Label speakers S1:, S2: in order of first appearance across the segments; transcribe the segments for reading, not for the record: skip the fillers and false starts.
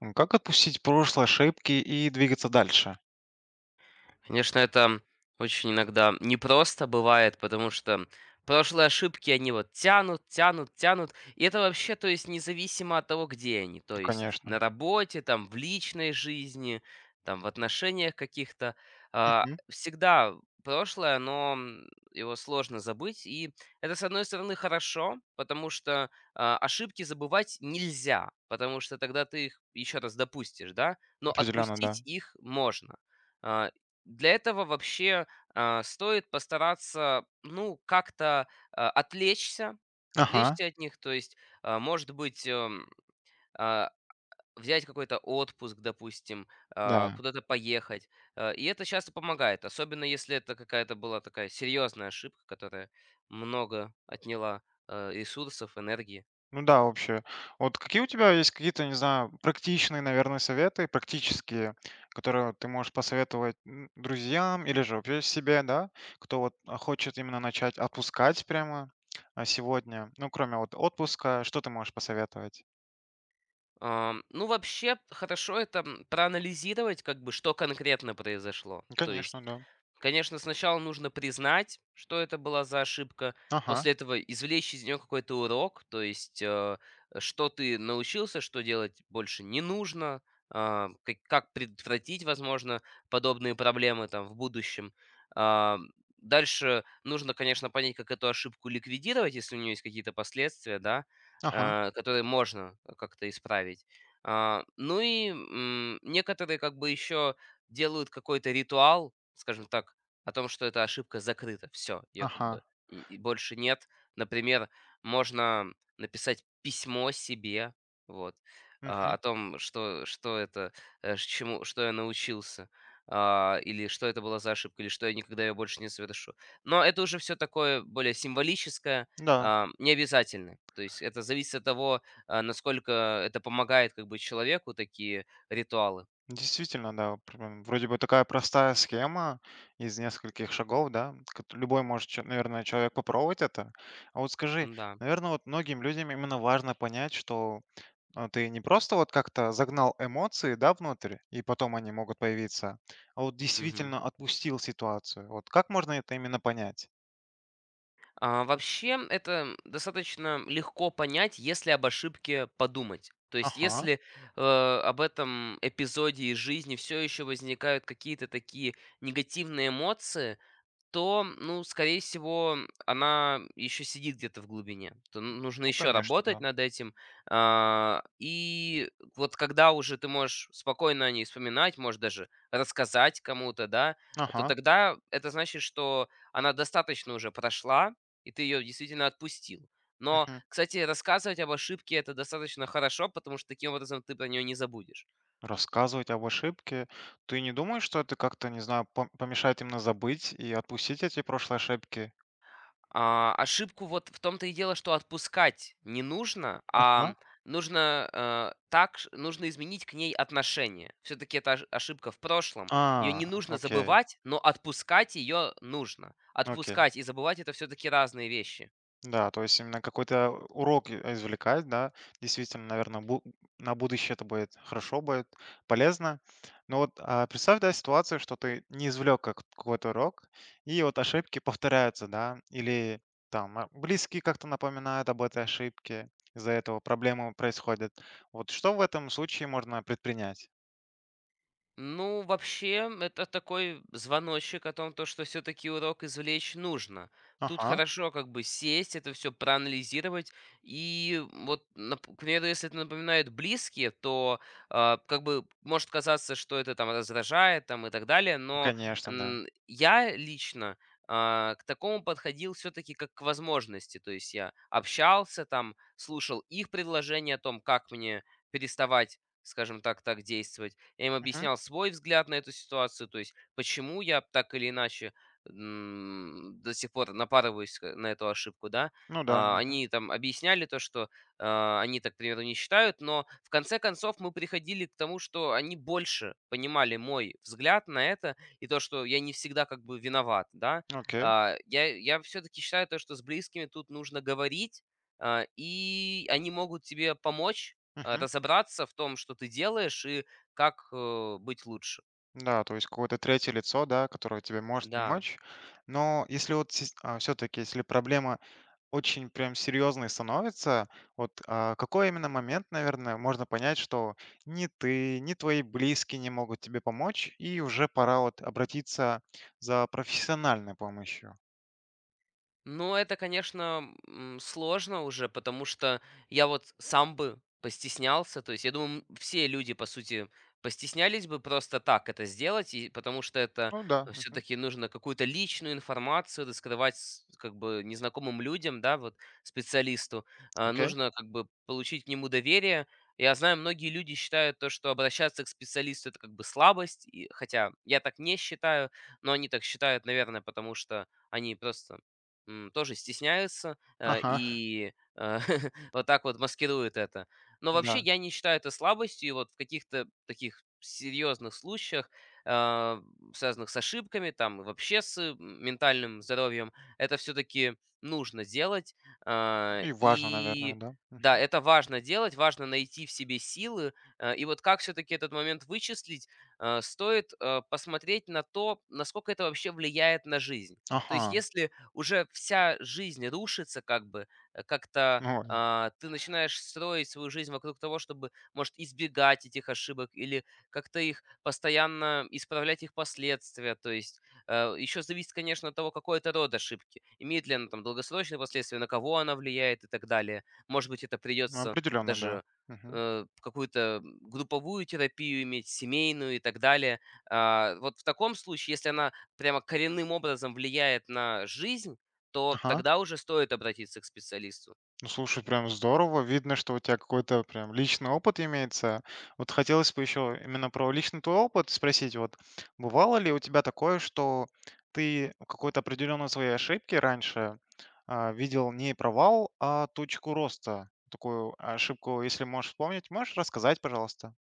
S1: Как отпустить прошлые ошибки и двигаться дальше?
S2: Конечно, это очень иногда непросто бывает, потому что прошлые ошибки, они вот тянут, тянут, тянут. И это вообще, то есть, независимо от того, где они. То
S1: Ну,
S2: есть,
S1: конечно.
S2: на работе, там, в личной жизни, там, в отношениях каких-то. А,
S1: Мгм.
S2: Всегда прошлое, но его сложно забыть. И это, с одной стороны, хорошо, потому что ошибки забывать нельзя, потому что тогда ты их еще раз допустишь, да? Но
S1: Определенно, да.
S2: отпустить их можно. А, Для этого вообще, стоит постараться, ну, как-то, отвлечься,
S1: Ага,
S2: отвлечься от них. То есть, а, может быть, эм, а, взять какой-то отпуск, допустим,
S1: да.
S2: куда-то поехать. И это часто помогает, особенно если это какая-то была такая серьезная ошибка, которая много отняла, ресурсов, энергии.
S1: Ну да, вообще. Вот какие у тебя есть какие-то, не знаю, практичные, наверное, советы, практические, которые ты можешь посоветовать друзьям или же вообще себе, да, кто вот хочет именно начать отпускать прямо сегодня? Ну, кроме вот отпуска, что ты можешь посоветовать?
S2: Ну, вообще, хорошо это, проанализировать, как бы, что конкретно произошло. То есть,
S1: Конечно, да.
S2: конечно, сначала нужно признать, что это была за ошибка,
S1: Ага,
S2: после этого извлечь из нее какой-то урок, то есть, что ты научился, что делать больше не нужно, как предотвратить, возможно, подобные проблемы там в будущем. Ам, Дальше нужно, конечно, понять, как эту ошибку ликвидировать, если у нее есть какие-то последствия, да,
S1: ага,
S2: которые можно как-то исправить. Ну и некоторые как бы еще делают какой-то ритуал, скажем так, о том, что эта ошибка закрыта. Все, ее как
S1: ага.
S2: бы и больше нет. Например, можно написать письмо себе, вот,
S1: Мгм.
S2: о том, что, что это, что я научился, или что это была за ошибка, или что я никогда ее больше не совершу. Но это уже все такое более символическое.
S1: Да.
S2: Не обязательны. То есть это зависит от того, насколько это помогает как бы человеку такие ритуалы.
S1: Действительно, да, прям вроде бы такая простая схема из нескольких шагов, да, любой может, наверное, человек попробовать это. А вот скажи,
S2: Да.
S1: наверное, вот многим людям именно важно понять, что ты не просто вот как-то загнал эмоции, да, внутрь, и потом они могут появиться, а вот действительно отпустил ситуацию. Вот как можно это именно понять?
S2: Вообще, это достаточно легко понять, если об ошибке подумать. То есть,
S1: Ага,
S2: если об этом эпизоде из жизни все еще возникают какие-то такие негативные эмоции, то, ну, скорее всего, она еще сидит где-то в глубине. Нужно
S1: ну,
S2: еще
S1: конечно,
S2: работать
S1: да.
S2: над этим. И вот когда уже ты можешь спокойно о ней вспоминать, можешь даже рассказать кому-то, да, то
S1: Ага.
S2: тогда это значит, что она достаточно уже прошла, и ты ее действительно отпустил. Но, кстати, рассказывать об ошибке — это достаточно хорошо, потому что таким образом ты про нее не забудешь.
S1: Рассказывать об ошибке. Ты не думаешь, что это как-то, не знаю, помешает именно забыть и отпустить эти прошлые ошибки?
S2: Ошибку вот в том-то и дело, что отпускать не нужно, а
S1: А?
S2: нужно, э, так ш нужно изменить к ней отношение. Все таки это ош ошибка в прошлом. Ее не нужно
S1: Окей,
S2: забывать, но отпускать ее нужно.
S1: окей.
S2: Отпускать и забывать — это все таки разные вещи.
S1: Да, то есть именно какой-то урок извлекать, да, действительно, наверное, на будущее это будет хорошо, будет полезно. Но вот представь, да, ситуацию, что ты не извлек какой-то урок, и вот ошибки повторяются, да, или там близкие как-то напоминают об этой ошибке, из-за этого проблемы происходят. Вот что в этом случае можно предпринять?
S2: Ну, вообще, это такой звоночек о том, то, что все-таки урок извлечь нужно. Тут
S1: Ага,
S2: хорошо как бы сесть, это все проанализировать. И вот, к примеру, если это напоминает близкие, то как бы может казаться, что это там раздражает там, и так далее. Но,
S1: конечно, да.
S2: я лично к такому подходил все-таки как к возможности. То есть я общался там, слушал их предложения о том, как мне переставать, скажем так, так действовать. Я им
S1: Мгм.
S2: объяснял свой взгляд на эту ситуацию, то есть почему я так или иначе, до сих пор напарываюсь на эту ошибку, да.
S1: Ну да, мгм.
S2: Они там объясняли то, что, они так, к примеру, не считают, но в конце концов мы приходили к тому, что они больше понимали мой взгляд на это и то, что я не всегда как бы виноват, да.
S1: Окей.
S2: Я все-таки считаю то, что с близкими тут нужно говорить, и они могут тебе помочь
S1: Мгм.
S2: разобраться в том, что ты делаешь и как, быть лучше.
S1: Да, то есть какое-то третье лицо, да, которое тебе может
S2: Да.
S1: помочь. Но если вот все-таки, если проблема очень прям серьезной становится, вот какой именно момент, наверное, можно понять, что ни ты, ни твои близкие не могут тебе помочь, и уже пора вот обратиться за профессиональной помощью.
S2: Ну, это, конечно, сложно уже, потому что я вот сам бы постеснялся. То есть, я думаю, все люди, по сути, постеснялись бы просто так это сделать, и потому что это
S1: Ну да, мгм,
S2: все-таки нужно какую-то личную информацию раскрывать как бы незнакомым людям, да, вот специалисту.
S1: окей.
S2: Нужно как бы получить к нему доверие. Я знаю, многие люди считают то, что обращаться к специалисту это как бы слабость, и, хотя я так не считаю, но они так считают, наверное, потому что они просто, тоже стесняется, э,
S1: Ага,
S2: и, э, вот так вот маскирует это. Но вообще
S1: да.
S2: я не считаю это слабостью, и вот в каких-то таких серьезных случаях, а, связанных с ошибками, там, и вообще с, ментальным здоровьем, это все-таки нужно делать. А,
S1: И важно, наверное,
S2: и
S1: да.
S2: да,
S1: Мгм.
S2: это важно делать, важно найти в себе силы. И вот как все-таки этот момент вычислить, стоит, посмотреть на то, насколько это вообще влияет на жизнь. То есть
S1: Ага,
S2: если уже вся жизнь рушится как бы, как-то ты начинаешь строить свою жизнь вокруг того, чтобы, может, избегать этих ошибок или как-то их постоянно исправлять их последствия. То есть, еще зависит, конечно, от того, какой это род ошибки. Имеет ли она там долгосрочные последствия, на кого она влияет и так далее. Может быть, это
S1: ну
S2: придется
S1: определенно, да.
S2: даже,
S1: Мгм.
S2: какую-то групповую терапию иметь, семейную и так далее. Вот в таком случае, если она прямо коренным образом влияет на жизнь, то
S1: Ага.
S2: тогда уже стоит обратиться к специалисту.
S1: Ну, слушай, прям здорово. Видно, что у тебя какой-то прям личный опыт имеется. Вот хотелось бы еще именно про личный твой опыт спросить. Вот бывало ли у тебя такое, что ты в какой-то определенной своей ошибки раньше видел не провал, а точку роста? Такую ошибку, если можешь вспомнить, можешь рассказать, пожалуйста?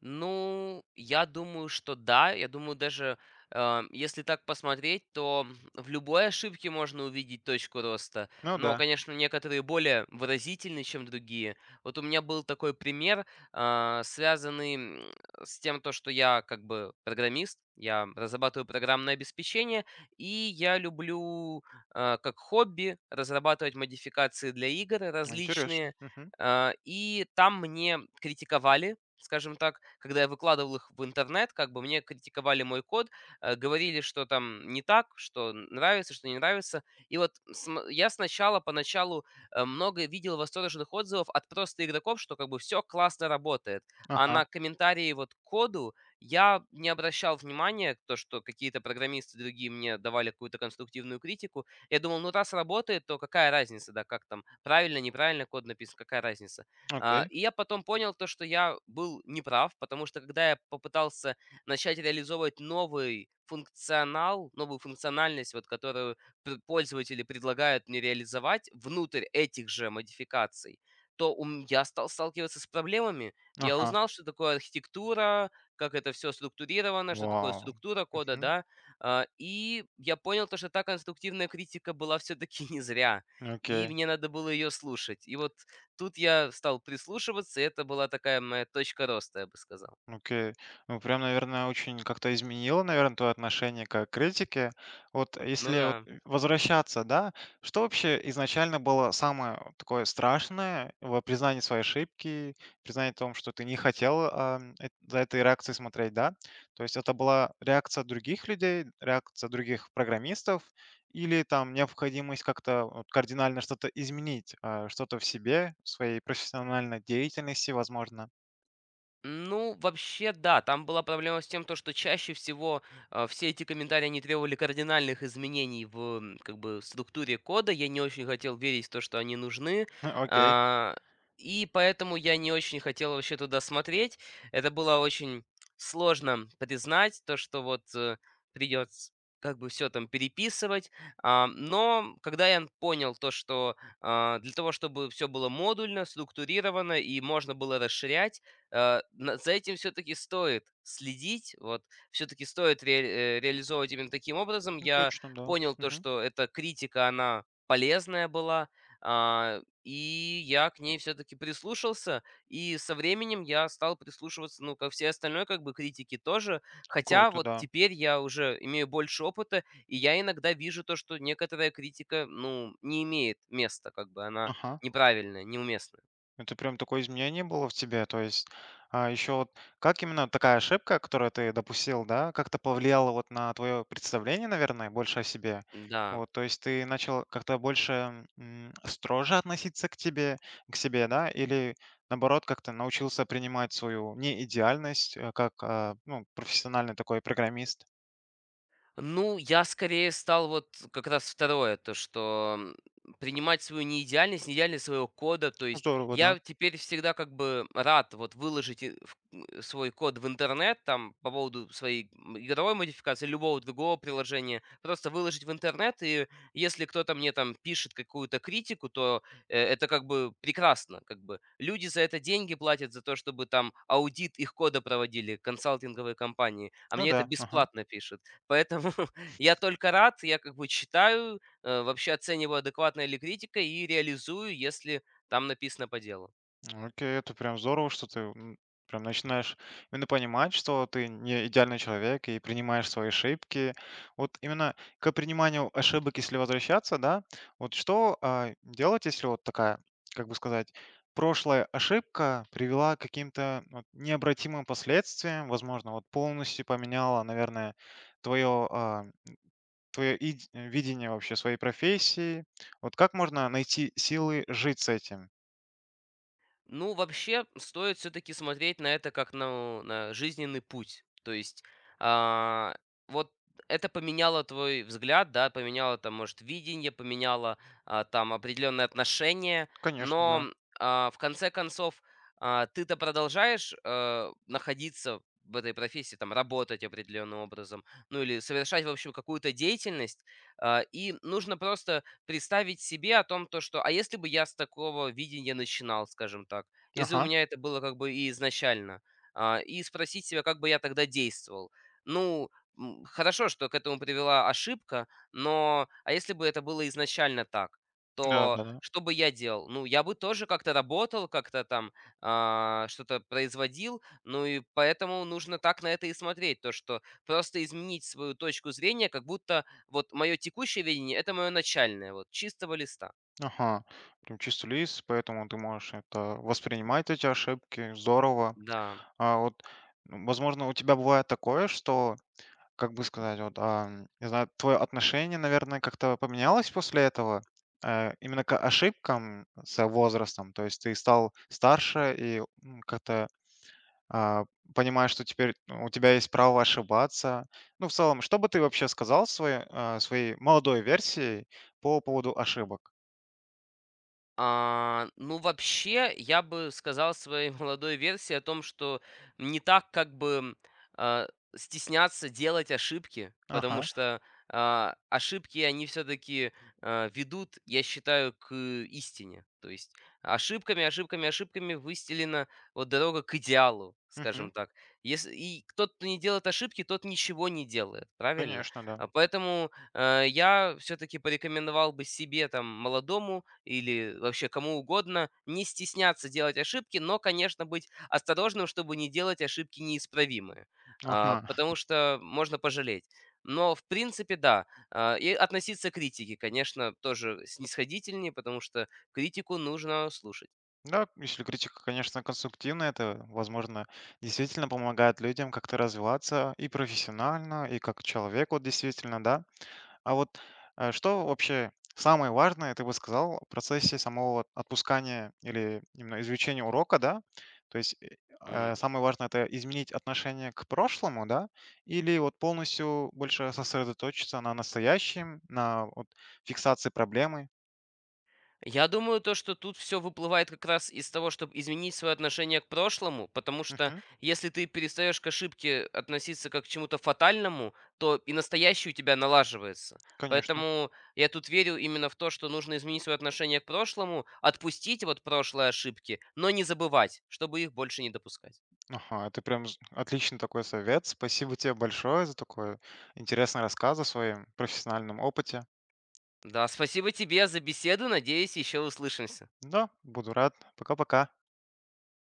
S2: Ну, я думаю, что да. Я думаю, даже, если так посмотреть, то в любой ошибке можно увидеть точку роста.
S1: Ну
S2: Но,
S1: да,
S2: конечно, некоторые более выразительны, чем другие. Вот у меня был такой пример, связанный с тем, то, что я как бы программист, я разрабатываю программное обеспечение, и я люблю, как хобби, разрабатывать модификации для игр
S1: интересно.
S2: различные.
S1: Мгм.
S2: И там мне критиковали, скажем так, когда я выкладывал их в интернет, как бы мне критиковали мой код, говорили, что там не так, что нравится, что не нравится. И вот я сначала, поначалу, много видел восторженных отзывов от просто игроков, что как бы все классно работает. А
S1: Ага,
S2: на комментарии вот к коду я не обращал внимания, то, что какие-то программисты другие мне давали какую-то конструктивную критику, я думал, ну, раз работает, то какая разница, да, как там правильно, неправильно код написан, какая разница. А,
S1: окей.
S2: и я потом понял то, что я был неправ, потому что когда я попытался начать реализовывать новый функционал, новую функциональность, вот, которую пользователи предлагают мне реализовать внутрь этих же модификаций, то я стал сталкиваться с проблемами. Я
S1: Ага.
S2: узнал, что такое архитектура, как это все структурировано, что такое
S1: Вау.
S2: структура кода,
S1: Мгм.
S2: да, и я понял то, что та конструктивная критика была все-таки не зря, и
S1: Окей.
S2: мне надо было ее слушать. И вот тут я стал прислушиваться, и это была такая моя точка роста, я бы сказал.
S1: Окей. Ну, прям, наверное, очень как-то изменило, наверное, твое отношение к критике. Вот
S2: Ну
S1: если вот
S2: да.
S1: возвращаться, да, что вообще изначально было самое такое страшное в признании своей ошибки, признании том, что ты не хотел за этой реакцией смотреть, да? То есть это была реакция других людей, реакция других программистов, или там необходимость как-то вот кардинально что-то изменить, что-то в себе, в своей профессиональной деятельности, возможно.
S2: Ну, вообще, да, там была проблема с тем, то, что чаще всего, все эти комментарии, они требовали кардинальных изменений в, как бы, структуре кода. Я не очень хотел верить в то, что они нужны.
S1: Окей.
S2: а, и поэтому я не очень хотел вообще туда смотреть. Это было очень сложно признать, то, что вот придется как бы все там переписывать. Но когда я понял то, что, для того, чтобы все было модульно, структурировано и можно было расширять, на за этим все таки стоит следить, вот. Все таки стоит реализовывать именно таким образом.
S1: Ну,
S2: Я
S1: точно, да.
S2: понял то,
S1: Мгм.
S2: что эта критика, она полезная была, и я к ней все таки прислушался. И со временем я стал прислушиваться, ну, ко всей остальной как бы критике тоже. Хотя
S1: Круто,
S2: вот
S1: да.
S2: теперь я уже имею больше опыта, и я иногда вижу то, что некоторая критика, ну, не имеет места, как бы она
S1: Ага.
S2: неправильная, неуместная.
S1: Это прям такое изменение было в тебе. То есть, еще вот как именно такая ошибка, которую ты допустил, да, как-то повлияла вот на твое представление, наверное, больше о себе?
S2: Да.
S1: Вот, то есть ты начал как-то больше строже относиться к тебе, к себе, да, или наоборот как-то научился принимать свою неидеальность как ну, профессиональный такой программист.
S2: Ну, я скорее стал вот как раз второе, то, что, принимать свою неидеальность, неидеальность своего кода. То есть
S1: Здорово, да.
S2: я теперь всегда как бы рад вот выложить свой код в интернет, там, по поводу своей, игровой модификации, любого другого приложения, просто выложить в интернет, и если кто-то мне там пишет какую-то критику, то, это как бы прекрасно, как бы. Люди за это деньги платят, за то, чтобы там аудит их кода проводили, консалтинговые компании, а
S1: Ну
S2: мне это
S1: да, ага.
S2: бесплатно пишут. Поэтому я только рад, я как бы читаю, вообще оцениваю, адекватная ли критика, и реализую, если там написано по делу.
S1: Окей, это прям здорово, что ты прям начинаешь именно понимать, что ты не идеальный человек и принимаешь свои ошибки. Вот именно к приниманию ошибок, если возвращаться, да, вот что делать, если вот такая, как бы сказать, прошлая ошибка привела к каким-то вот необратимым последствиям, возможно, вот полностью поменяла, наверное, твое, твое видение вообще своей профессии. Вот как можно найти силы жить с этим?
S2: Ну, вообще, стоит все-таки смотреть на это как на жизненный путь. То есть, а, вот это поменяло твой взгляд, да, поменяло там, может, видение, поменяло, там определенные отношения,
S1: Конечно,
S2: но,
S1: да.
S2: в конце концов, ты-то продолжаешь, находиться в этой профессии, там, работать определенным образом, ну, или совершать, в общем, какую-то деятельность, и нужно просто представить себе о том, то, что а если бы я с такого видения начинал, скажем так, если у
S1: Ага.
S2: меня это было как бы и изначально, и спросить себя, как бы я тогда действовал. Ну, хорошо, что к этому привела ошибка, но а если бы это было изначально так,
S1: Да,
S2: то
S1: да, да.
S2: что бы я делал? Ну, я бы тоже как-то работал, как-то там, что-то производил, ну и поэтому нужно так на это и смотреть, то, что просто изменить свою точку зрения, как будто вот мое текущее видение — это мое начальное, вот, чистого листа.
S1: Ага. Прям чистый лист, поэтому ты можешь это воспринимать эти ошибки. Здорово.
S2: Да.
S1: А вот, возможно, у тебя бывает такое, что, как бы сказать, вот, не знаю, твое отношение, наверное, как-то поменялось после этого, именно к ошибкам с возрастом. То есть ты стал старше и как-то а, понимаешь, что теперь ну, у тебя есть право ошибаться. Ну, в целом, что бы ты вообще сказал своей, своей молодой версии по поводу ошибок?
S2: Ну, вообще, я бы сказал своей молодой версии о том, что не так, как бы, а, стесняться делать ошибки, потому
S1: Ага.
S2: что, ошибки, они все таки ведут, я считаю, к истине. То есть ошибками, ошибками, ошибками выстелена вот дорога к идеалу,
S1: Мгм.
S2: скажем так. Если и тот, кто не делает ошибки, тот ничего не делает, правильно?
S1: Конечно, да.
S2: Поэтому я все-таки порекомендовал бы себе, там, молодому или вообще кому угодно не стесняться делать ошибки, но, конечно, быть осторожным, чтобы не делать ошибки неисправимые,
S1: Ага.
S2: потому что можно пожалеть. Но, в принципе, да. И относиться к критике, конечно, тоже снисходительнее, потому что критику нужно слушать.
S1: Да, если критика, конечно, конструктивная, это, возможно, действительно помогает людям как-то развиваться и профессионально, и как человек, вот действительно, да. А вот что вообще самое важное, ты бы сказал, в процессе самого вот отпускания или именно изучения урока, да? То есть
S2: М.
S1: самое важное это изменить отношение к прошлому, да, или вот полностью больше сосредоточиться на настоящем, на вот, фиксации проблемы.
S2: Я думаю, то, что тут все выплывает как раз из того, чтобы изменить свое отношение к прошлому, потому что
S1: Мгм.
S2: если ты перестаешь к ошибке относиться как к чему-то фатальному, то и настоящее у тебя налаживается.
S1: Конечно.
S2: Поэтому я тут верю именно в то, что нужно изменить свое отношение к прошлому, отпустить вот прошлые ошибки, но не забывать, чтобы их больше не допускать.
S1: Ага, это прям отличный такой совет. Спасибо тебе большое за такой интересный рассказ о своем профессиональном опыте.
S2: Да, спасибо тебе за беседу, надеюсь, еще услышимся.
S1: Да, буду рад. Пока-пока.